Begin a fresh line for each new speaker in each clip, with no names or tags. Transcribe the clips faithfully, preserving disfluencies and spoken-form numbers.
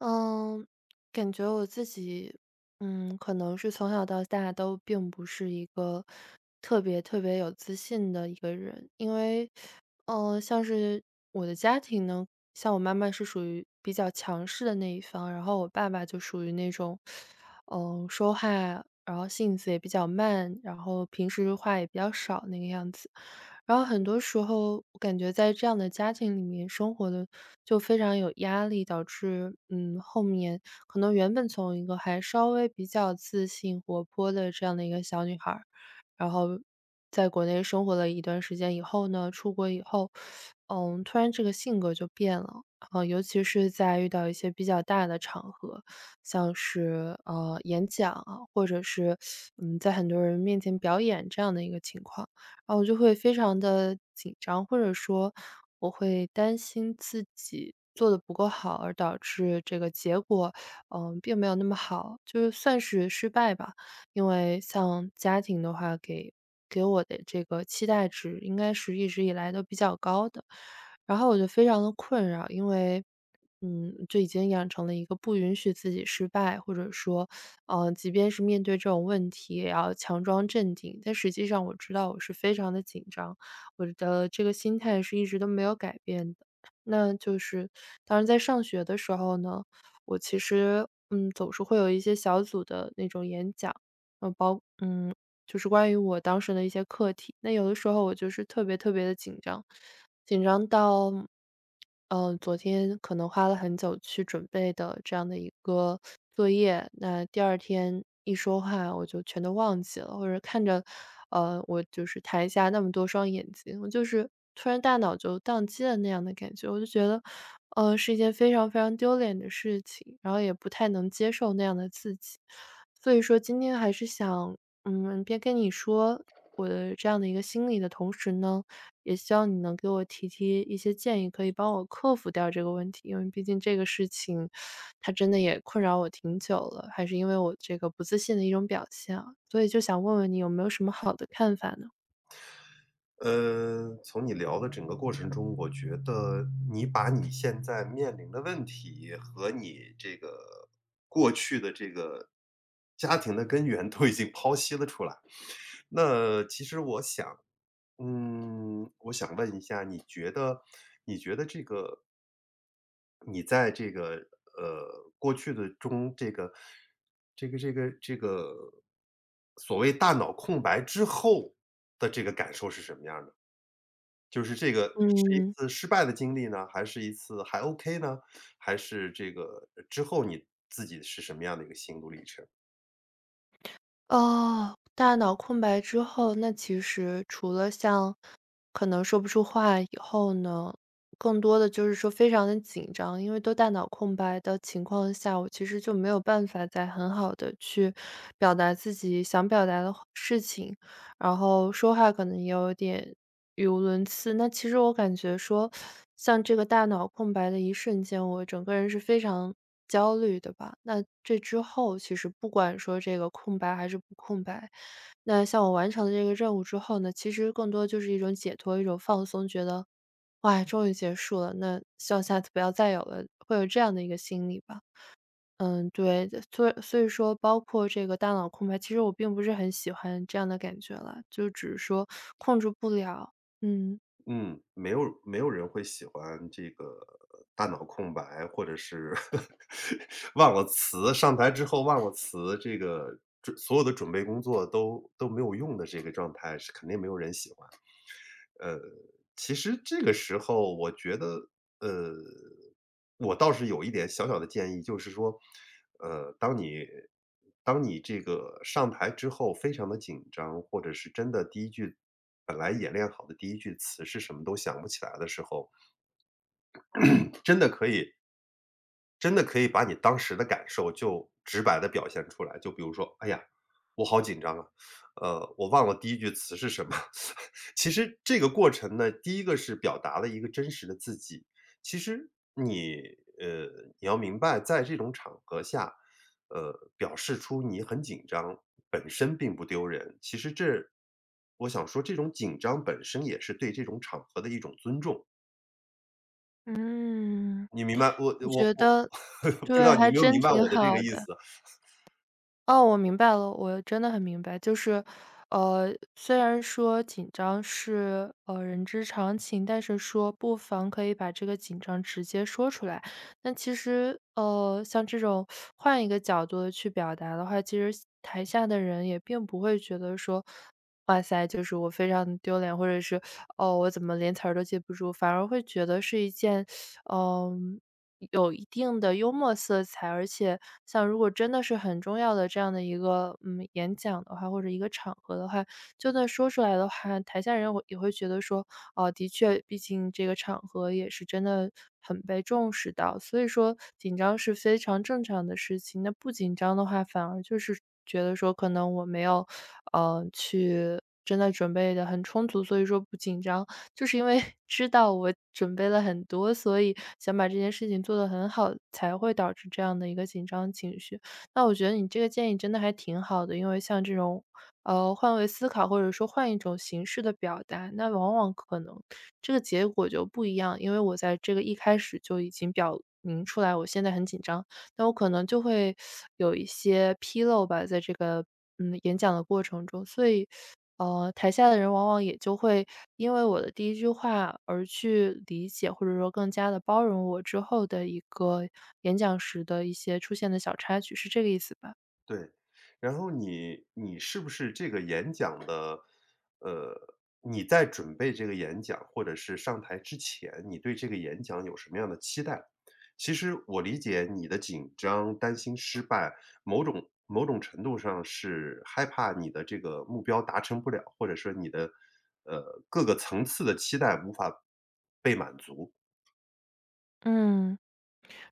嗯，感觉我自己，嗯，可能是从小到大都并不是一个特别特别有自信的一个人，因为，嗯，像是我的家庭呢，像我妈妈是属于比较强势的那一方，然后我爸爸就属于那种，嗯、说话，然后性子也比较慢，然后平时话也比较少那个样子。然后很多时候我感觉在这样的家庭里面生活的就非常有压力，导致，嗯，后面可能原本从一个还稍微比较自信活泼的这样的一个小女孩儿，然后在国内生活了一段时间以后呢，出国以后，嗯，突然这个性格就变了。啊，尤其是在遇到一些比较大的场合，像是呃演讲啊，或者是嗯在很多人面前表演这样的一个情况，然后我就会非常的紧张，或者说我会担心自己做的不够好，而导致这个结果嗯、并没有那么好，就是算是失败吧。因为像家庭的话，给给我的这个期待值应该是一直以来都比较高的，然后我就非常的困扰，因为，嗯，就已经养成了一个不允许自己失败，或者说，呃，即便是面对这种问题也要强装镇定，但实际上我知道我是非常的紧张，我的这个心态是一直都没有改变的。那就是当然在上学的时候呢，我其实，嗯，总是会有一些小组的那种演讲，呃，包嗯，就是关于我当时的一些课题。那有的时候我就是特别特别的紧张，紧张到，嗯，昨天可能花了很久去准备的这样的一个作业，那第二天一说话我就全都忘记了，或者看着，呃，我就是台下那么多双眼睛，我就是突然大脑就宕机了那样的感觉。我就觉得，呃，是一件非常非常丢脸的事情，然后也不太能接受那样的自己。所以说今天还是想嗯，边跟你说我的这样的一个心理的同时呢，也希望你能给我提提一些建议，可以帮我克服掉这个问题。因为毕竟这个事情，它真的也困扰我挺久了，还是因为我这个不自信的一种表现啊，所以就想问问你有没有什么好的看法呢？
呃，从你聊的整个过程中，我觉得你把你现在面临的问题和你这个过去的这个家庭的根源 都已经剖析了出来。那其实我想，嗯，我想问一下，你觉得，你觉得这个你在这个呃过去的中，这个这个这个这个所谓大脑空白之后的这个感受是什么样的？就是这个是一
嗯。
次失败的经历呢，还是一次还 OK 呢？还是这个之后你自己是什么样的一个心路历程？
哦，大脑空白之后，那其实除了像可能说不出话以后呢，更多的就是说非常的紧张。因为都大脑空白的情况下，我其实就没有办法再很好的去表达自己想表达的话事情，然后说话可能也有点语无伦次。那其实我感觉说，像这个大脑空白的一瞬间，我整个人是非常焦虑的吧。那这之后，其实不管说这个空白还是不空白，那像我完成了这个任务之后呢，其实更多就是一种解脱，一种放松，觉得哇，终于结束了，那希望下次不要再有了，会有这样的一个心理吧。嗯，对，所以所以说，包括这个大脑空白，其实我并不是很喜欢这样的感觉了，就只是说控制不了。嗯。
嗯，没有没有人会喜欢这个大脑空白，或者是 忘了词，上台之后忘了词，这个准所有的准备工作都都没有用的这个状态，是肯定没有人喜欢。呃，其实这个时候我觉得，呃，我倒是有一点小小的建议，就是说，呃，当你当你这个上台之后非常的紧张，或者是真的第一句本来演练好的第一句词是什么都想不起来的时候，真的可以真的可以把你当时的感受就直白地表现出来。就比如说，哎呀，我好紧张啊，呃，我忘了第一句词是什么。其实这个过程呢，第一个是表达了一个真实的自己。其实你呃，你要明白在这种场合下，呃，表示出你很紧张，本身并不丢人。其实这我想说这种紧张本身也是对这种场合的一种尊重。
嗯，
你明白我
我
我
觉
我
得
不知
对，
道你
还
有没有
真
明白
挺
我的这个
好
意
的。
思，
哦，我明白了，我真的很明白。就是，呃，虽然说紧张是，呃，人之常情，但是说不妨可以把这个紧张直接说出来。那其实，呃，像这种换一个角度的去表达的话，其实台下的人也并不会觉得说，哇塞，就是我非常丢脸，或者是，哦，我怎么连词儿都记不住，反而会觉得是一件，嗯。有一定的幽默色彩，而且像如果真的是很重要的这样的一个，嗯，演讲的话，或者一个场合的话，就算说出来的话，台下人会也会觉得说，哦，的确，毕竟这个场合也是真的很被重视到，所以说紧张是非常正常的事情。那不紧张的话，反而就是觉得说可能我没有，呃，去真的准备的很充足，所以说不紧张。就是因为 知道我准备了很多，所以想把这件事情做得很好，才会导致这样的一个紧张情绪。那我觉得你这个建议真的还挺好的，因为像这种，呃，换位思考或者说换一种形式的表达，那往往可能这个结果就不一样。因为我在这个一开始就已经表明出来，我现在很紧张，那我可能就会有一些纰漏吧，在这个嗯演讲的过程中。所以呃，台下的人往往也就会因为我的第一句话而去理解，或者说更加的包容我之后的一个演讲时的一些出现的小插曲，是这个意思吧？
对。然后你你是不是这个演讲的呃，你在准备这个演讲，或者是上台之前，你对这个演讲有什么样的期待？其实我理解你的紧张、担心失败，某种某种程度上是害怕你的这个目标达成不了，或者说你的，呃，各个层次的期待无法被满足。
嗯，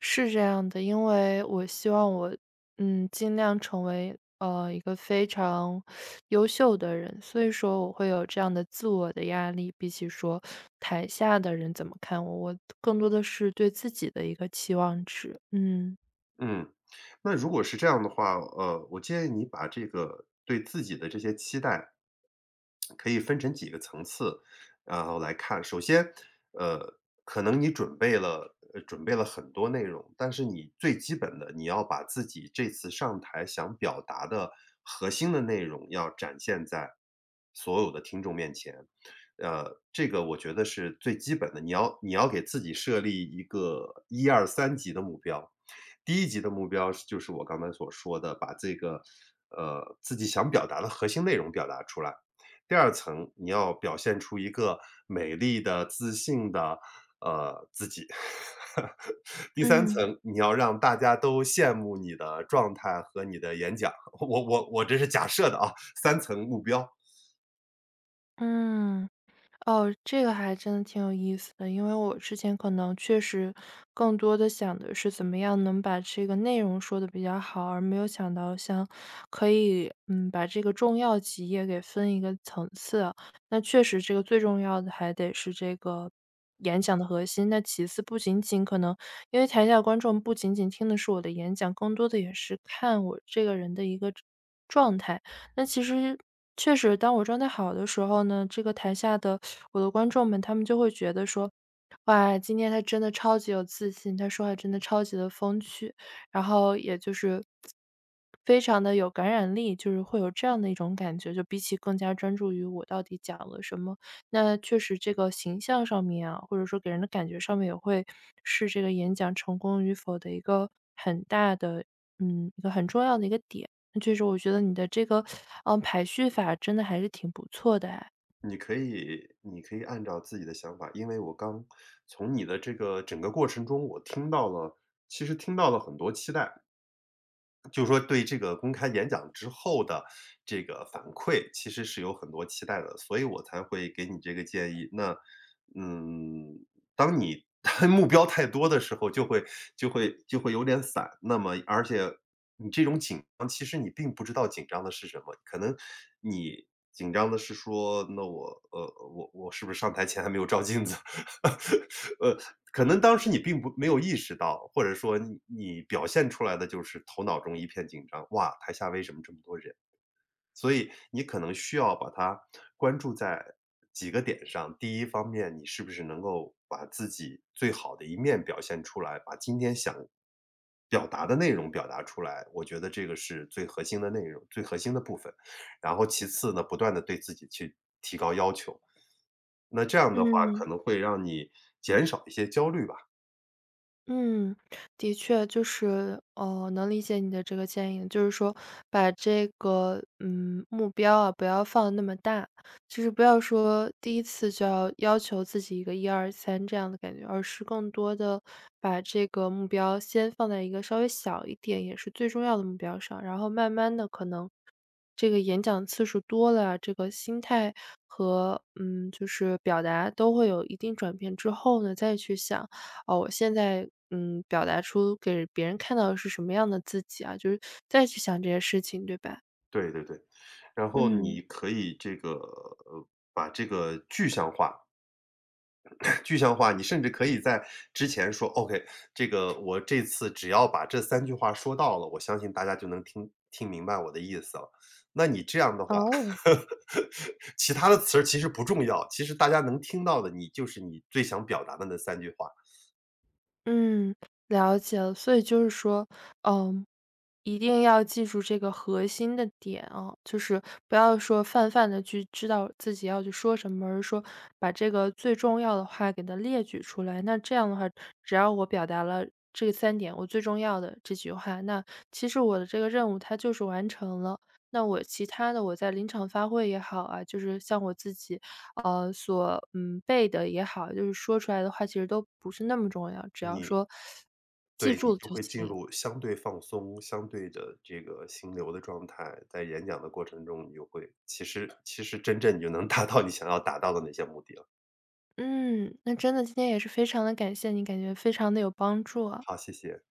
是这样的，因为我希望我，嗯，尽量成为，呃，一个非常优秀的人，所以说我会有这样的自我的压力。比起说台下的人怎么看我，我更多的是对自己的一个期望值，嗯，
嗯，那如果是这样的话，呃，我建议你把这个对自己的这些期待，可以分成几个层次，然后来看。首先，呃，可能你准备了呃准备了很多内容，但是你最基本的，你要把自己这次上台想表达的核心的内容要展现在所有的听众面前。呃，这个我觉得是最基本的，你要你要给自己设立一个一二三级的目标。第一级的目标是就是我刚才所说的，把这个，呃，自己想表达的核心内容表达出来。第二层，你要表现出一个美丽的、自信的，呃，自己。第三
嗯，
层，你要让大家都羡慕你的状态和你的演讲。我我我这是假设的啊三层目标，
嗯。哦，这个还真的挺有意思的，因为我之前可能确实更多的想的是怎么样能把这个内容说的比较好，而没有想到像可以，嗯，把这个重要几页给分一个层次啊。那确实这个最重要的还得是这个演讲的核心，那其次不仅仅可能因为台下观众不仅仅听的是我的演讲，更多的也是看我这个人的一个状态。那其实确实，当我状态好的时候呢，这个台下的我的观众们，他们就会觉得说，哇，今天他真的超级有自信，他说话真的超级的风趣，然后也就是非常的有感染力，就是会有这样的一种感觉，就比起更加专注于我到底讲了什么，那确实这个形象上面啊，或者说给人的感觉上面也会是这个演讲成功与否的一个很大的，嗯，一个很重要的一个点。确实，我觉得你的这个，嗯，排序法真的还是挺不错的哎。
你可以你可以按照自己的想法因为我刚从你的这个整个过程中，我听到了其实听到了很多期待。就是说对这个公开演讲之后的这个反馈，其实是有很多期待的，所以我才会给你这个建议。那，嗯，当你 目标太多的时候，就会就会就会有点散。那么，而且你这种紧张，其实你并不知道紧张的是什么，可能你。紧张的是说，那我呃，我我是不是上台前还没有照镜子？呃，可能当时你并不没有意识到，或者说你你表现出来的就是头脑中一片紧张，哇，台下为什么这么多人？所以你可能需要把它关注在几个点上。第一方面，你是不是能够把自己最好的一面表现出来，把今天想表达的内容表达出来，我觉得这个是最核心的内容，最核心的部分。然后其次呢，不断的对自己去提高要求。那这样的话可
嗯。
能会让你减少一些焦虑吧。
嗯，的确，就是，哦，能理解你的这个建议，就是说把这个，嗯，目标啊，不要放得那么大，就是不要说第一次就要要求自己一个一二三这样的感觉，而是更多的把这个目标先放在一个稍微小一点，也是最重要的目标上，然后慢慢的可能这个演讲次数多了啊，这个心态和，嗯，就是表达都会有一定转变之后呢，再去想哦，我现在嗯，表达出给别人看到的是什么样的自己啊，就是再去想这些事情，对吧？
对对对，然后
嗯，
你可以这个，呃，把这个具象化，具象化，你甚至可以在之前说，OK，这个我这次只要把这三句话说到了，我相信大家就能听听明白我的意思了。那你这样的话，
哦，
其他的词儿其实不重要，其实大家能听到的，你就是你最想表达的那三句话，
嗯，了解了。所以就是说，嗯，一定要记住这个核心的点啊，就是不要说泛泛的去知道自己要去说什么，而是说把这个最重要的话给它列举出来。那这样的话，只要我表达了这三点，我最重要的这句话，那其实我的这个任务它就是完成了。那我其他的我在临场发挥也好啊，就是像我自己，呃，所，嗯，背的也好，就是说出来的话其实都不是那么重要，只要
你
说，
对，你就会进
诶，
入相对放松、相对的这个心流的状态，在演讲的过程中，你就会其实其实真正你就能达到你想要达到的那些目的了。
嗯，那真的今天也是非常的感谢你，感觉非常的有帮助啊。
好，谢谢。